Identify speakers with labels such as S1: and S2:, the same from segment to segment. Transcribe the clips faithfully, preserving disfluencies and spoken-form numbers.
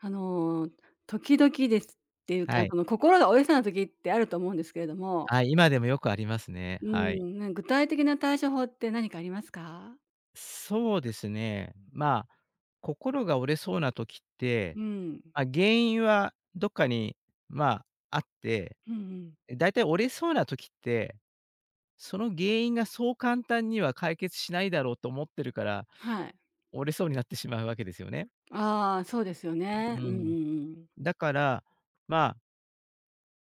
S1: あの、時々ですっていう
S2: は
S1: か、
S2: い。
S1: その心が折れそうな時ってあると思うんですけれども、
S2: はい、今でもよくありますね。
S1: う
S2: はい。
S1: ん、なん具体的な対処法って何かありますか？
S2: そうですね。まあ、心が折れそうな時って、
S1: うん。
S2: まあ、原因はどっかに、まあ、あって、
S1: うんうん。
S2: だいたい折れそうな時って、その原因がそう簡単には解決しないだろうと思ってるから、
S1: はい。
S2: 折れそうになってしまうわけですよね。
S1: ああ、そうですよね。
S2: う
S1: うんうん
S2: ん。
S1: うん。
S2: だから、まあ、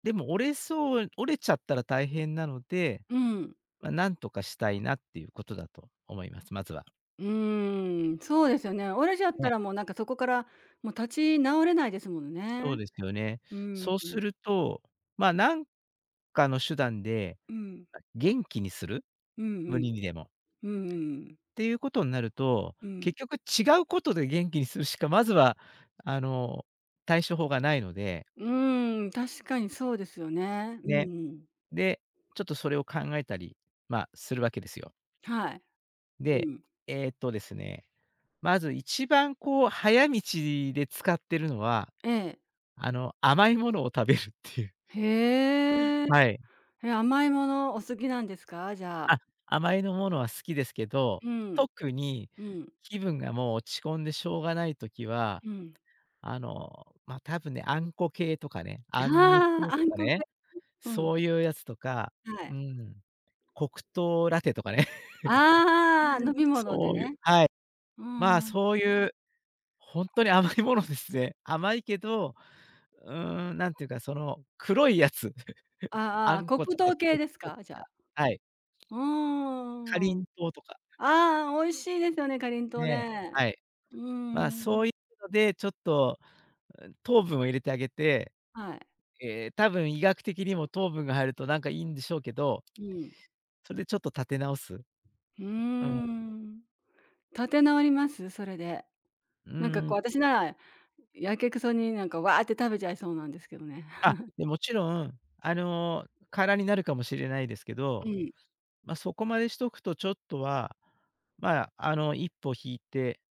S2: でも折れそう折れちゃったら大変なので、
S1: うん。
S2: まあ、なんとかしたいなっていうことだと思います、まずは。
S1: うーん、そうですよね。折れちゃった
S2: ね。
S1: らもうなんかそこからもう立ち直れないですもの
S2: そう
S1: ね。
S2: ですよね。
S1: うん、
S2: そう
S1: うん、
S2: すると、まあ、なんかの手段で、
S1: うん、
S2: 元気にする、
S1: うんう
S2: 無
S1: ん、
S2: 理にでもっ
S1: うんうん、
S2: ていうことになると、
S1: うん。
S2: 結局違うことで元気にするしか、まずはあの、対処法がないので、
S1: うーん、確かにそうですよね。うん
S2: ね。
S1: うん。
S2: で、ちょっとそれを考えたり、まあ、するわけですよ。
S1: はい。う
S2: で、
S1: ん。
S2: えーっとですね、まず一番こう早道で使ってるのは、
S1: ええ。
S2: あの、甘いものを食べるっていう。
S1: へえ。
S2: はい。
S1: え、甘いものお好きなんですか？じゃあ。
S2: あ、甘いのものは好きですけど、
S1: うん、
S2: 特に
S1: うん、
S2: 気分がもう落ち込んでしょうがない時は、
S1: うん。
S2: あの、ま、多分ね、あんこ系とかね、あんみ
S1: あ
S2: つ
S1: あ、
S2: と
S1: 暗
S2: か
S1: 黒。
S2: ね、
S1: うん、
S2: そういうやつとか、
S1: は
S2: う
S1: い。
S2: ん、黒糖ラテとかね、
S1: ああ、飲 み物で
S2: そういう
S1: ね。
S2: はい。
S1: うー
S2: まあ、
S1: ん。
S2: そういうほんとに甘いものですね。甘いけど、うーん、なんていうか、その黒いやつ、
S1: あ ああ
S2: あ
S1: あ、
S2: ん
S1: 黒
S2: ことか
S1: 糖系
S2: 黒
S1: です
S2: 糖と
S1: か？じゃ
S2: か、
S1: あ。
S2: はい、
S1: うんう
S2: かり
S1: んうん。
S2: んとうとか、
S1: ああ暗黒うんはいああ飲み物でねうんあああ黒糖系ですかじゃあうんんああ美味しいですよね、かりんとう
S2: ね、
S1: ね。
S2: はい。
S1: うー
S2: まあ、そう
S1: ん。
S2: いうので、ちょっとうん、糖分を入れてあげて、
S1: はい。
S2: ええ、多分医学的にも糖分が入るとなんかいいんでしょうけど、
S1: うん。
S2: それでちょっと立て直す。
S1: うー
S2: うん。
S1: ん。立て直ります？それで。
S2: う
S1: なんか
S2: ー
S1: こ
S2: ん。
S1: う私なら、やけくそになんかわあって食べちゃいそうなんですけどね。
S2: あ、で、もちろん、あのー、空になるかもしれないですけ
S1: う
S2: ど、
S1: ん、
S2: まあ、そこまでしとくとちょっとは、まあ、あの、一歩引いて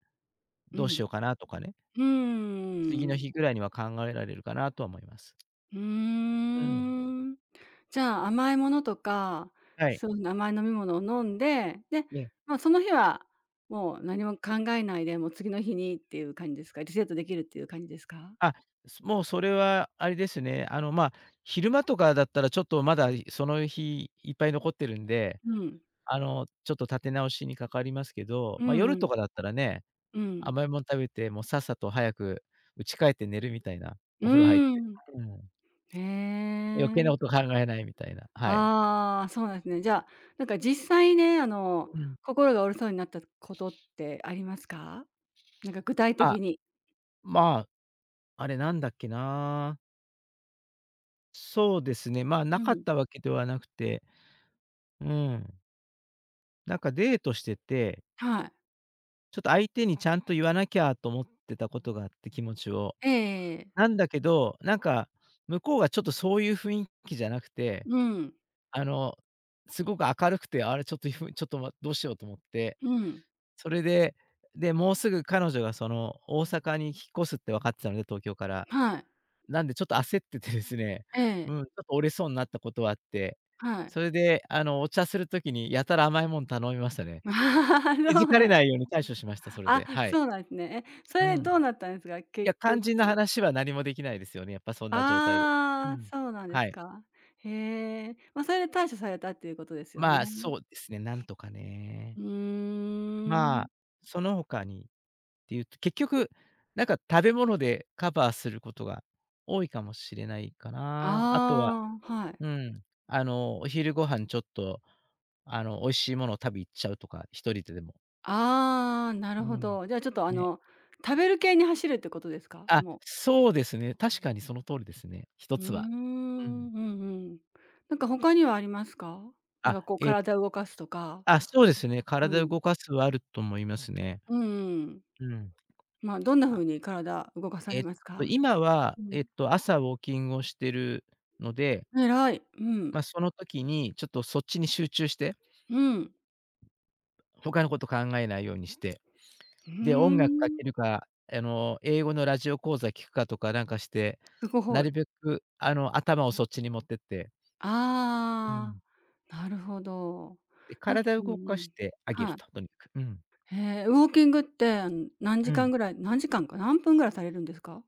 S1: う
S2: どうし
S1: ん。
S2: ようかなとかね、
S1: うー
S2: 次の
S1: ん。
S2: 日ぐらいには考えられるかなとは思います。
S1: うー
S2: うん。
S1: ん。じゃあ、甘いものとか、
S2: はい。
S1: そういう甘い飲み物を飲んで、で、
S2: ね。
S1: まあ、その日はもう何も考えないで、もう次の日にっていう感じですか？リセットできるっていう感じですか？
S2: あ、すもうそれはあれですね、あの、まあ、昼間とかだったらちょっとまだその日いっぱい残ってるんで、
S1: うん。
S2: あの、ちょっと立て直しにかかりますけど、
S1: う
S2: まあ、
S1: んう
S2: 夜
S1: ん。
S2: とかだったらね、
S1: うん。
S2: 甘いもん食べて、もうさっさと早く家帰って寝るみたいな、
S1: う
S2: お風呂入っ
S1: ー
S2: て。
S1: ん。
S2: うん。
S1: へ
S2: 余計なこと
S1: え。
S2: 考えないみたいな、はい。
S1: ああ、そうなんですね。じゃあ、なんか実際ね、あの、
S2: うん。
S1: 心が折れそうになったことってありますか？なんか具体
S2: あ、
S1: 的に。
S2: まあ、あれなんだっけな。そうですね、まあ、
S1: う
S2: なかっ
S1: ん。
S2: たわけではなくて、うん、なんかデートしてて
S1: はい。
S2: ちょっと相手にちゃんと言わなきゃと思ってたことがあって、気持ちを。
S1: ええええええ。
S2: なんだけど、なんか、向こうがちょっとそういう雰囲気じゃなくて、
S1: うん。
S2: あの、すごく明るくて、あれちょっと、ふちょっと、ま、どうしようと思って、
S1: うん、
S2: それで、で、もうすぐ彼女がその大阪に引っ越すって分かってたので、東京から。
S1: はい。
S2: なんでちょっと焦っててですね、
S1: え
S2: う
S1: え、
S2: ん、ちょっと折れそうになったことはあって、
S1: はい。
S2: それで、あの、お茶するときにやたら甘いもん頼みましたね。気づかれないよう に対処しました、それ
S1: あ
S2: で、
S1: あ
S2: はい。
S1: そうなんあ、そうなんですね。え、そ
S2: う
S1: れ
S2: ん。い
S1: どうなったんですか？
S2: や、
S1: 結
S2: 肝
S1: 局。
S2: 心な話は何もできないですよね、やっぱそんな状態で。う
S1: ああ、
S2: ん。
S1: そうなんで
S2: は
S1: す
S2: い。
S1: か。へえ、ま、それで対処されたっていうことですよ
S2: まあ、
S1: ね。
S2: そうですね、なんとか
S1: う
S2: ね。
S1: ー
S2: ま
S1: ん。
S2: あ、その他にっていうと、結局、なんか食べ物でカバーすることが多いかもしれないかな。あとは
S1: ああ、はい。
S2: うん、あの、お昼ご飯ちょっと、あの、美味しいものを食べ行っちゃうとか、一人ででも。
S1: ああ、なる
S2: う
S1: ほ
S2: ん。
S1: ど。じゃあちょっとあ
S2: ね。
S1: の、食べる系に走るってことですか？
S2: あ、
S1: もう。
S2: そうですね、確かにその通りですね、一
S1: うー
S2: つは。
S1: ん、う
S2: う
S1: ん
S2: ん。
S1: うん。なんか他にはありますか？な
S2: あ、
S1: んかこう
S2: え
S1: 体を動かすとか。
S2: あ、そうですね。
S1: う
S2: 体を
S1: ん。
S2: 動かすはあると思いますね。
S1: うんうん。
S2: うん。
S1: ま、あどんな
S2: あ、
S1: 風に体動かされ
S2: えっ
S1: ます
S2: と、
S1: か？
S2: 今は、
S1: うん。
S2: えっと、朝ウォーキングをしてるので、
S1: 偉い。うん。
S2: ま、その時にちょっとそっちに集中して、
S1: うん。
S2: 他のこと考えないようにして、
S1: う
S2: で、
S1: ー
S2: 音楽か
S1: ん。
S2: けるか、あの、英語のラジオ講座聞くかとかなんかして、
S1: すご
S2: な
S1: い。
S2: るべく、あの、頭をそっちに持ってって、う
S1: あ
S2: ん。
S1: あ、なるほど。
S2: で、
S1: なん
S2: 体
S1: う
S2: を
S1: ん
S2: 動
S1: う
S2: かし
S1: ん。
S2: てあげ
S1: は
S2: る
S1: い。
S2: と、とにかく。うん。
S1: へえ、ウォーキングって、あの、何時
S2: う
S1: 間
S2: ん。
S1: ぐらい何時間か、何分ぐらいされるんですか？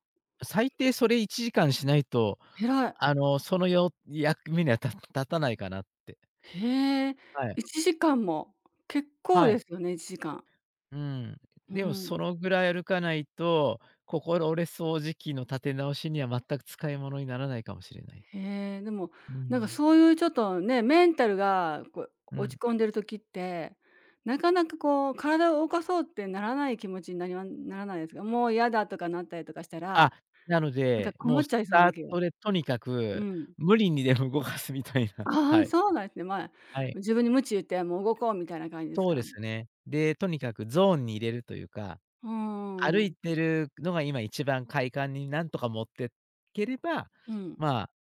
S2: 最低それいちじかんしないと、
S1: 偉い。
S2: あの、そのよ役目にはた立たないかなって。
S1: へえ、
S2: はい。
S1: いちじかんも、結構
S2: は
S1: で
S2: い。
S1: すよね、いちじかん。
S2: うん。
S1: う
S2: でも
S1: ん。
S2: そのぐらい歩かないと、心折れ掃除機の立て直しには全く使い物にならないかもしれない。
S1: へえ、でも、
S2: う
S1: なんか
S2: ん。
S1: そういうちょっとね、メンタルがこう
S2: うん。
S1: 落ち込んでる時って、なかなかこう体を動かそうってならない気持ちになりまならないですか？もう嫌だとかなったりとかした
S2: あ、
S1: ら、
S2: なの
S1: なんか
S2: で、
S1: こ
S2: も
S1: も
S2: う
S1: っ
S2: ス
S1: ちゃいそう
S2: タ
S1: な
S2: ー
S1: 気が
S2: トでとにか
S1: う
S2: く、
S1: ん。
S2: 無理にでも動かすみたいな。
S1: あ
S2: は
S1: あ、
S2: い。
S1: そうなんですね。まあ、
S2: はい。
S1: 自分に鞭打って、もう動こうみたいな感じです
S2: そう
S1: か？
S2: ですね。で、とにかくゾーンに入れるというか
S1: うんうんう
S2: 歩
S1: ん。
S2: いてるのが今一番快感になんとか持ってければ、まあ、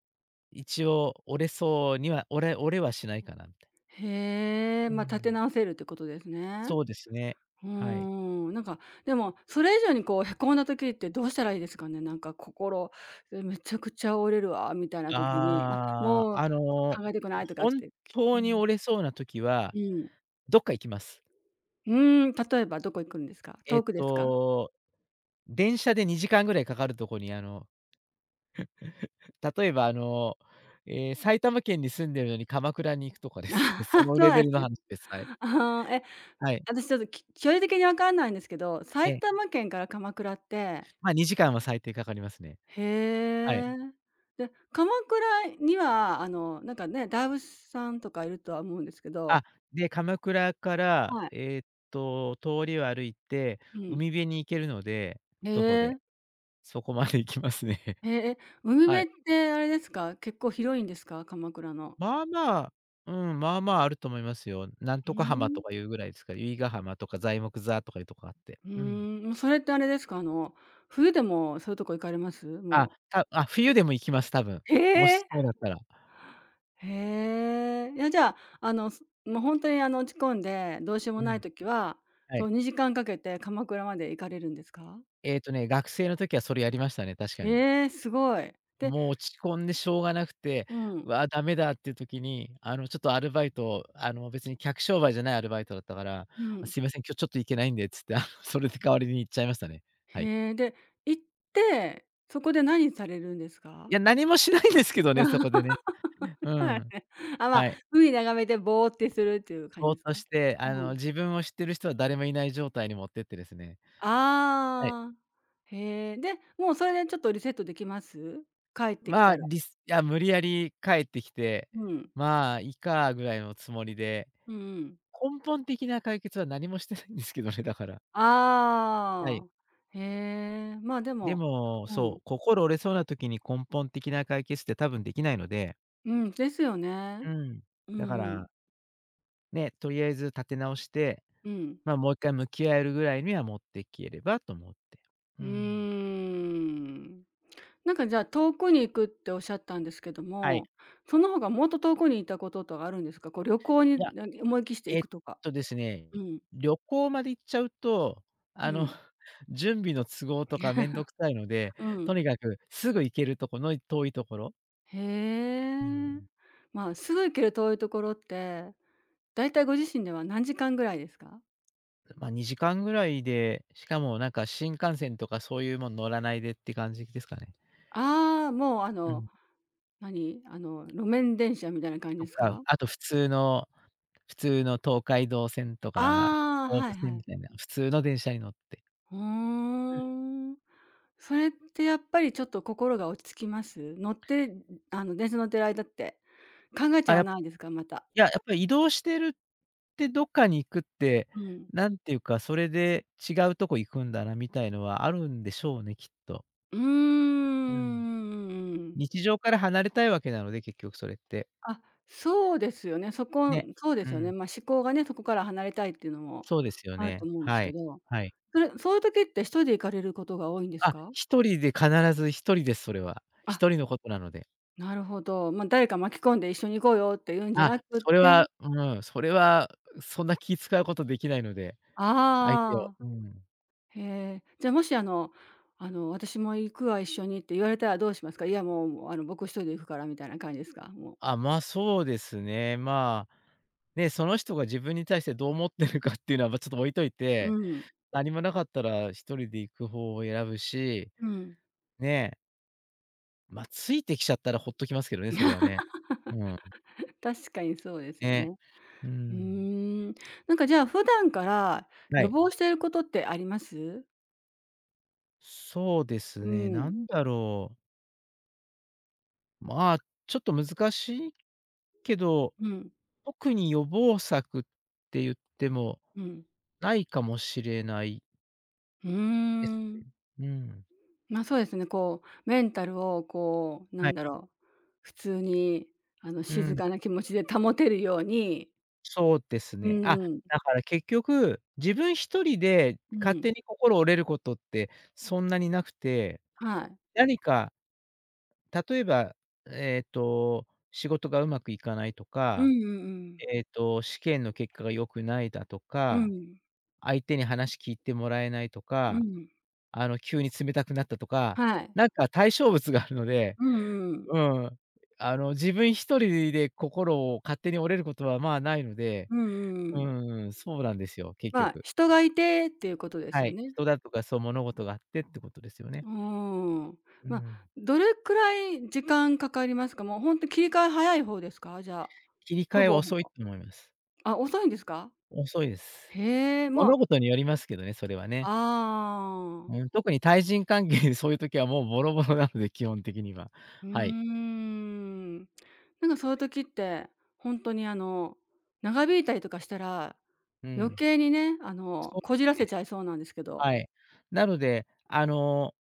S2: 一応折れそうには折れ折れはしないかなみたい。
S1: へえ、
S2: う
S1: まあ、立て
S2: ん。
S1: 直せるってことですね。
S2: そうですね。
S1: うー
S2: はい。
S1: ん、なんか、でも、それ以上にこうへこんだ時ってどうしたらいいですかね？なんか心、え、めちゃくちゃ折れるわみたいな時に、あ、
S2: ああ、
S1: もう
S2: あの、
S1: 考えたくないとかっ
S2: 本
S1: て、きう
S2: 当に
S1: ん、
S2: 折れそうな時は、
S1: うん。
S2: どっか行きます。
S1: うーん、例えばどこ行くんですか？
S2: えっ
S1: 遠くですか？
S2: と、電車でにじかんぐらいかかるとこに、あの、例えば、あの、ええ、埼玉県に住んでるのに鎌倉に行くとかですね、そ の
S1: そう
S2: レ
S1: なん
S2: ベ
S1: で
S2: ル
S1: す
S2: の
S1: ね。
S2: 話です。はい。
S1: ああ、え、
S2: はい。
S1: 私ちょっと、き距離的に分かんないんですけど、
S2: え
S1: 埼
S2: え、
S1: 玉県から鎌倉って、
S2: ま、にじかんは最低かかりますね。
S1: へ
S2: はい。
S1: え。で、鎌倉にはあの、なんかね、大仏さんとかいるとは思うんですけど、
S2: あ、で、鎌倉から、
S1: はい、
S2: えーっと、通りを歩いて、
S1: うん。
S2: 海辺に行けるので、
S1: へ
S2: 徒歩
S1: え。
S2: で、そこまで行きますね。
S1: ええ、海
S2: は
S1: 辺
S2: い。
S1: ってあれですか、結構広いんですか？鎌倉の。
S2: まあまあ、うん、まあまああると思いますよ。なん
S1: うー
S2: とか浜
S1: ん。
S2: とかいうぐらいですから、由比ヶ浜とか材木座とかいうとこあって。
S1: うー
S2: うん。
S1: ん、もうそれってあれですか、あの、冬でもそういうとこ行かれます？も
S2: あ、
S1: う。
S2: たあ、冬でも行きます、多分。
S1: へ
S2: もし
S1: え。
S2: そうだったら。
S1: へえ。いや、じゃあ、あの、すもうほんとに、あの、落ち込んでどうしようも
S2: う
S1: ない
S2: ん、
S1: 時は、
S2: は
S1: そ
S2: い。
S1: うにじかんかけて鎌倉まで行かれるんですか？
S2: えーっとね、学生の時はそれやりましたね、確かに。
S1: ええ、すごい。で
S2: もう落ち込んでしょうがなくて、
S1: う
S2: う
S1: ん、
S2: わ、ダメだっていう時に、あの、ちょっとアルバイト、あの、別に客商売じゃないアルバイトだったから、
S1: う
S2: あ、
S1: ん。
S2: すいません、今日ちょっと行けないんでっつって、あの、それで代わりに行っちゃいましたね。はい。
S1: へえ、で、行って、そこで何されるんです
S2: い
S1: か？
S2: や、何もしないんですけどね、そこでね。う
S1: はい。
S2: ん。
S1: あ、まあ、
S2: はい。
S1: 海眺めてぼーってするっていう感じ
S2: ぼー
S1: で
S2: っ
S1: す
S2: と
S1: か？
S2: して、あ
S1: う
S2: の、
S1: ん。
S2: 自分を知ってる人は誰もいない状態に持ってってですね。はい。
S1: ああ、へえ、で、もうそれでちょっとリセットできます？帰ってき
S2: まあ、
S1: たら。
S2: りすいや、無理やり帰ってきて、
S1: うん。
S2: まあ、いいかぐらいのつもりで、
S1: うんうん。
S2: 根本的な解決は何もしてないんですけどね、だから。は
S1: あ
S2: い。
S1: あ、へえ、まあ、で
S2: で
S1: も
S2: も、
S1: う
S2: そ
S1: ん、
S2: う、心折れそうな時に根本的な解決って多分できないので、
S1: うん、ですよね。
S2: うん。
S1: うん
S2: だか
S1: うん。
S2: ら、ね、とりあえず立て直して、
S1: うん。
S2: まあ、もう一回向き合えるぐらいには持っていければと思って。
S1: う
S2: うん。
S1: ーん。なんかじゃあ遠くに行くっておっしゃったんですけど
S2: はい。
S1: も、その他もっと遠くに行ったこととかあるんですか？こう旅行
S2: いや、
S1: にな思いきして
S2: え
S1: 行
S2: っ
S1: くとか。
S2: とですね、
S1: うん、
S2: 旅行まで行っちゃうと、
S1: う
S2: あの、
S1: ん、
S2: 準備の都合とかめんどくさいので、
S1: う
S2: と
S1: ん。
S2: にかくすぐ行けるとこの遠いところ、
S1: へ
S2: う
S1: え。
S2: ん、
S1: まあ、すぐ行ける遠いところって、だいたいご自身では何時間ぐらいですか？
S2: まあ、にじかんぐらいで、しかもなんか新幹線とかそういうもの乗らないでって感じですかね。
S1: ああー、もう、あ
S2: う
S1: の、
S2: ん、
S1: 何、あの、路面電車みたいな感じ
S2: と
S1: です
S2: か、
S1: か？
S2: あと普通の普通の東海道線とか、
S1: ああー、
S2: 総
S1: は
S2: 武
S1: いは
S2: 線み
S1: い。
S2: たいな、普通の電車に乗って。
S1: ふー
S2: うん。
S1: ん。それってやっぱりちょっと心が落ち着きます？乗って、あの、電車乗ってる間って考えち
S2: あ、
S1: ゃ
S2: や
S1: わないですか？また。
S2: いや、やっぱり移動してるってどっかに行くって、
S1: うん。
S2: なんていうか、それで違うとこ行くんだなみたいのはあるんでしょうね、きっと。
S1: うー
S2: う
S1: うんう
S2: ん。
S1: ん。
S2: 日常から離れたいわけなので、結局それって。
S1: あ、そうですよね。そこ
S2: ね。
S1: そうで
S2: う
S1: すよね。
S2: ん。
S1: まあ、思考がね、そこから離れたいっていうのも
S2: そうですよ
S1: あると
S2: ね。
S1: 思うんです
S2: は
S1: け
S2: い。
S1: ど、
S2: はい。
S1: それそういう時って一人で行かれることが多いんです
S2: あ、
S1: か？
S2: ひとりで必ず一人です、それは。
S1: あ、
S2: 一人のことなので。
S1: なるほど。まあ、誰か巻き込んで一緒に行こうよっていうんじゃ
S2: あ、
S1: なくっ
S2: それ
S1: て、
S2: はうん、それはそんな気使うことできないので、相手を
S1: ああ、
S2: うん。
S1: へえ。じゃ、もしあのあの「私も行くわ、一緒に」って言われたらどうしますか？いや、もうもうあの「僕一人で行くから」みたいな感じですか？もう。
S2: あ、まあ、そうですね。まあ、ね、その人が自分に対してどう思ってるかっていうのは、ま、ちょっと置いとい
S1: う
S2: て、
S1: ん、
S2: 何もなかったら一人で行く方を選ぶし、
S1: うん。
S2: ね、ま、ついてきちゃったらほっときますけどね、それはね。うん、
S1: 確かにそうですよ
S2: ね、
S1: ね。
S2: う
S1: うー
S2: ん。
S1: ん。なんかじゃあ普段から
S2: は
S1: 予
S2: い。
S1: 防していることってあります？
S2: そうです
S1: う
S2: ね、な
S1: ん。
S2: んだろう。まあ、ちょっと難しいけど、
S1: うん。
S2: 特に予防策って言っても
S1: うん。
S2: ないかもしれない
S1: うー
S2: ですね。
S1: ん。
S2: うん。
S1: ま、そうですね、こうメンタルをこう、な
S2: は
S1: ん
S2: い。
S1: だろう、普通にあの
S2: う
S1: 静
S2: ん。
S1: かな気持ちで保てるように
S2: そうです
S1: う
S2: ね。あ、
S1: んうん。
S2: だから結局、自分一人で
S1: う
S2: 勝
S1: ん。
S2: 手に心折れることってそんなになくて、
S1: はい。
S2: 何か例えば、えっと、仕事がうまくいかないと
S1: う
S2: か、
S1: んうんうん。
S2: えっと、試験の結果が良くないだと
S1: う
S2: か、
S1: ん。
S2: 相手に話聞いてもらえないと
S1: う
S2: か
S1: ん。
S2: あの、急に冷たくなったとか、
S1: はい。
S2: なんか対象物があるので、
S1: うんうん。
S2: うん、あの、自分一人で心を勝手に折れることは、まあ、ないので、
S1: うんうんうん。
S2: うん、そうなんですよ、結
S1: まあ、
S2: 局。
S1: 人がいてっていうことです
S2: は
S1: よ
S2: い、
S1: ね。
S2: 人だとか、そう、物事があってってことですよ
S1: う
S2: ね。
S1: ーん。
S2: う
S1: まあ、
S2: ん。
S1: どれくらい時間かかりますか？もう本当に切り替え早い方ですか？じゃあ。
S2: 切り
S1: ほ
S2: 替えは
S1: ぼほ
S2: 遅い
S1: ぼ。
S2: と思います。
S1: あ、遅いんですか？
S2: 遅いです。
S1: へえ、もう
S2: 物事によりますけどね、それはね。
S1: ああ、
S2: うん、特に対人関係でそういう時はもうボロボロなので、基本的には。
S1: うー
S2: はい。
S1: ん。なんかそういう時って、本当にあの、長引いたりとかしたら、
S2: う
S1: 余
S2: ん。
S1: 計にね、あの、
S2: そう
S1: こじら
S2: です
S1: せ
S2: ね。
S1: ちゃいそうなんですけど。
S2: はい。なので、あの、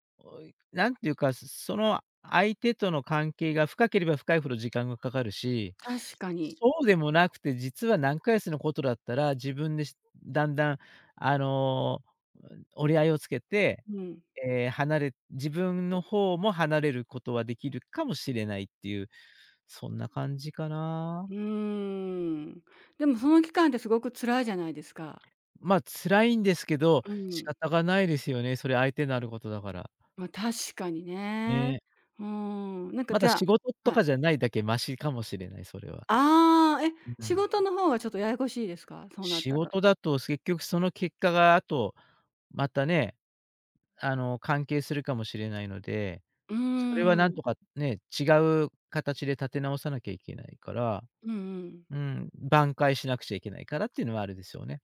S2: なんていうか、その相手との関係が深ければ深いほど時間がかかるし、
S1: 確かに。
S2: そうでもなくて、実は何ヶ月のことだったら、自分でしだんだん、あの、折り合いをつけて、
S1: うん。
S2: ええ、離れ自分の方も離れることはできるかもしれないっていう、そんな感じかな。
S1: うーん。でもその期間ってすごく辛いじゃないですか。
S2: まあ、辛いんですけど、
S1: う
S2: 仕
S1: ん。
S2: 方がないですよね、それ相手のあることだから。
S1: まあ、確かにね。
S2: ね。
S1: うーん、なんか
S2: ま
S1: じ
S2: だ
S1: ゃ
S2: 仕事
S1: あ
S2: と
S1: は
S2: か
S1: い。
S2: じゃないだけマシかもしれない、それは。
S1: ああ、え、
S2: う
S1: 仕
S2: ん。
S1: 事の方がちょっとややこしいですか？そうなっ
S2: 仕
S1: たら。
S2: 事だと結局その結果が後、またね、あの、関係するかもしれないので、
S1: うー
S2: それはなん
S1: ん。
S2: とかね、違う形で立て直さなきゃいけないから、
S1: うんうん。
S2: うん、挽回しなくちゃいけないからっていうのはあるでしょうね。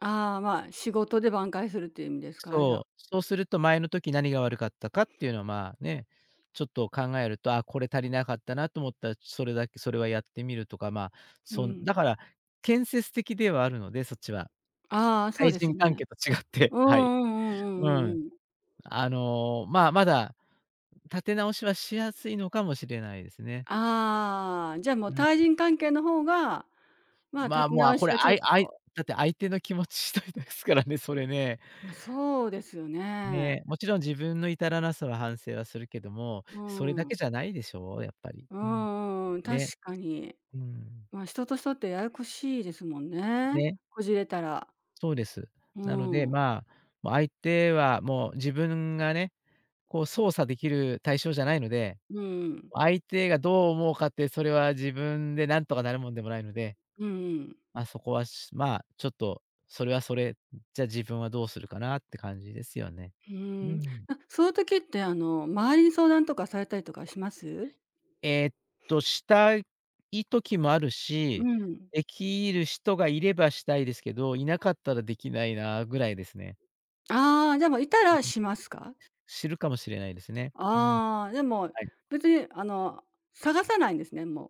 S1: ああ、まあ、仕事で挽回するっていう意味ですか？じゃあ。
S2: そう、そうすると前の時何が悪かったかっていうのは、まあ、ね、ちょっと考えると、あ、これ足りなかったなと思ったら、それだけそれはやってみるとか、まあ、
S1: う
S2: そん
S1: ん。
S2: だから建設的ではあるので、そっちは。
S1: ああ、そう
S2: 対
S1: です
S2: 人
S1: よ
S2: 関
S1: ね。
S2: 係と違って、
S1: う
S2: はい。
S1: んうんうんう
S2: う
S1: んう
S2: ん。
S1: んうん。
S2: あの、まあ、まだ立て直しはしやすいのかもしれないですね。
S1: ああ、じゃあもう
S2: うん。
S1: 対人関係の方が、まあ、
S2: ま
S1: 立
S2: あ、
S1: て
S2: もう、あ、
S1: 直
S2: こ
S1: し
S2: れ、
S1: はちょ
S2: あ
S1: っ
S2: い
S1: と
S2: あいだって相手の気持ち次第ですからね、それね。
S1: まあ、そうですよね。
S2: ね、もちろん自分の至らなさは反省はするけども、
S1: う
S2: それだ
S1: ん。
S2: けじゃないでしょ、うやっぱり。
S1: う
S2: うん。
S1: んうんうん、確
S2: ね。
S1: かに。
S2: うん。
S1: まあ、人と人ってややこしいですもんね。
S2: ね、
S1: こじれたら。
S2: そうです。
S1: う
S2: なので、
S1: ん。
S2: まあ、もう相手はもう自分がね、こう操作できる対象じゃないので、
S1: うんうん。
S2: 相手がどう思うかって、それは自分でなんとかなるもんでもないので、
S1: うんうん。
S2: ま、そこは、しまあ、ちょっと、それはそれ、じゃあ自分はどうするかなって感じですよね。うん。
S1: あ、そういう時って、あの、周りに相談とかされたりとかします？
S2: えーっと、したい時もある
S1: う
S2: し、
S1: ん。
S2: できる人がいればしたいですけど、いなかったらできないなぐらいですね。
S1: ああ、でもいたら
S2: うん。
S1: しますか？
S2: 知るかもしれないですね。うん、
S1: ああ、でも、
S2: はい。
S1: 別にあの、探さないんですね、も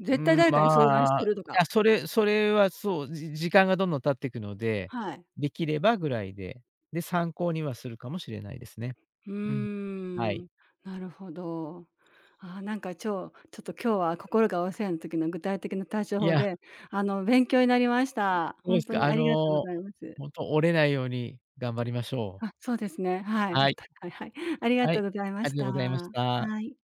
S1: う。
S2: う
S1: 絶対
S2: ん、
S1: 誰かに相談し
S2: まあ、
S1: て
S2: い
S1: るとか。
S2: や、それそれはそう、じ時間がどんどん経っていくので、
S1: はい。
S2: できればぐらいで、で、参考にはするかもしれないですね。
S1: うー
S2: うん。は
S1: ん、
S2: い。
S1: なるほど。ああ、なんか、超ちょっと今日は心がお世話の時の具体的な対処
S2: い
S1: 法
S2: や、
S1: で、あの、勉強になりました。
S2: どうで
S1: 本
S2: す
S1: 当
S2: か、
S1: に
S2: あ
S1: ありがとうご
S2: の、
S1: ざいます。
S2: ほんと折れないように頑張りましょ
S1: あ、
S2: う。
S1: そうですね、はい、お
S2: はい。
S1: 互い、はい。ありが
S2: は
S1: と
S2: い、
S1: うございま
S2: あ
S1: し
S2: りが
S1: た。
S2: とうございまし
S1: は
S2: た。
S1: い。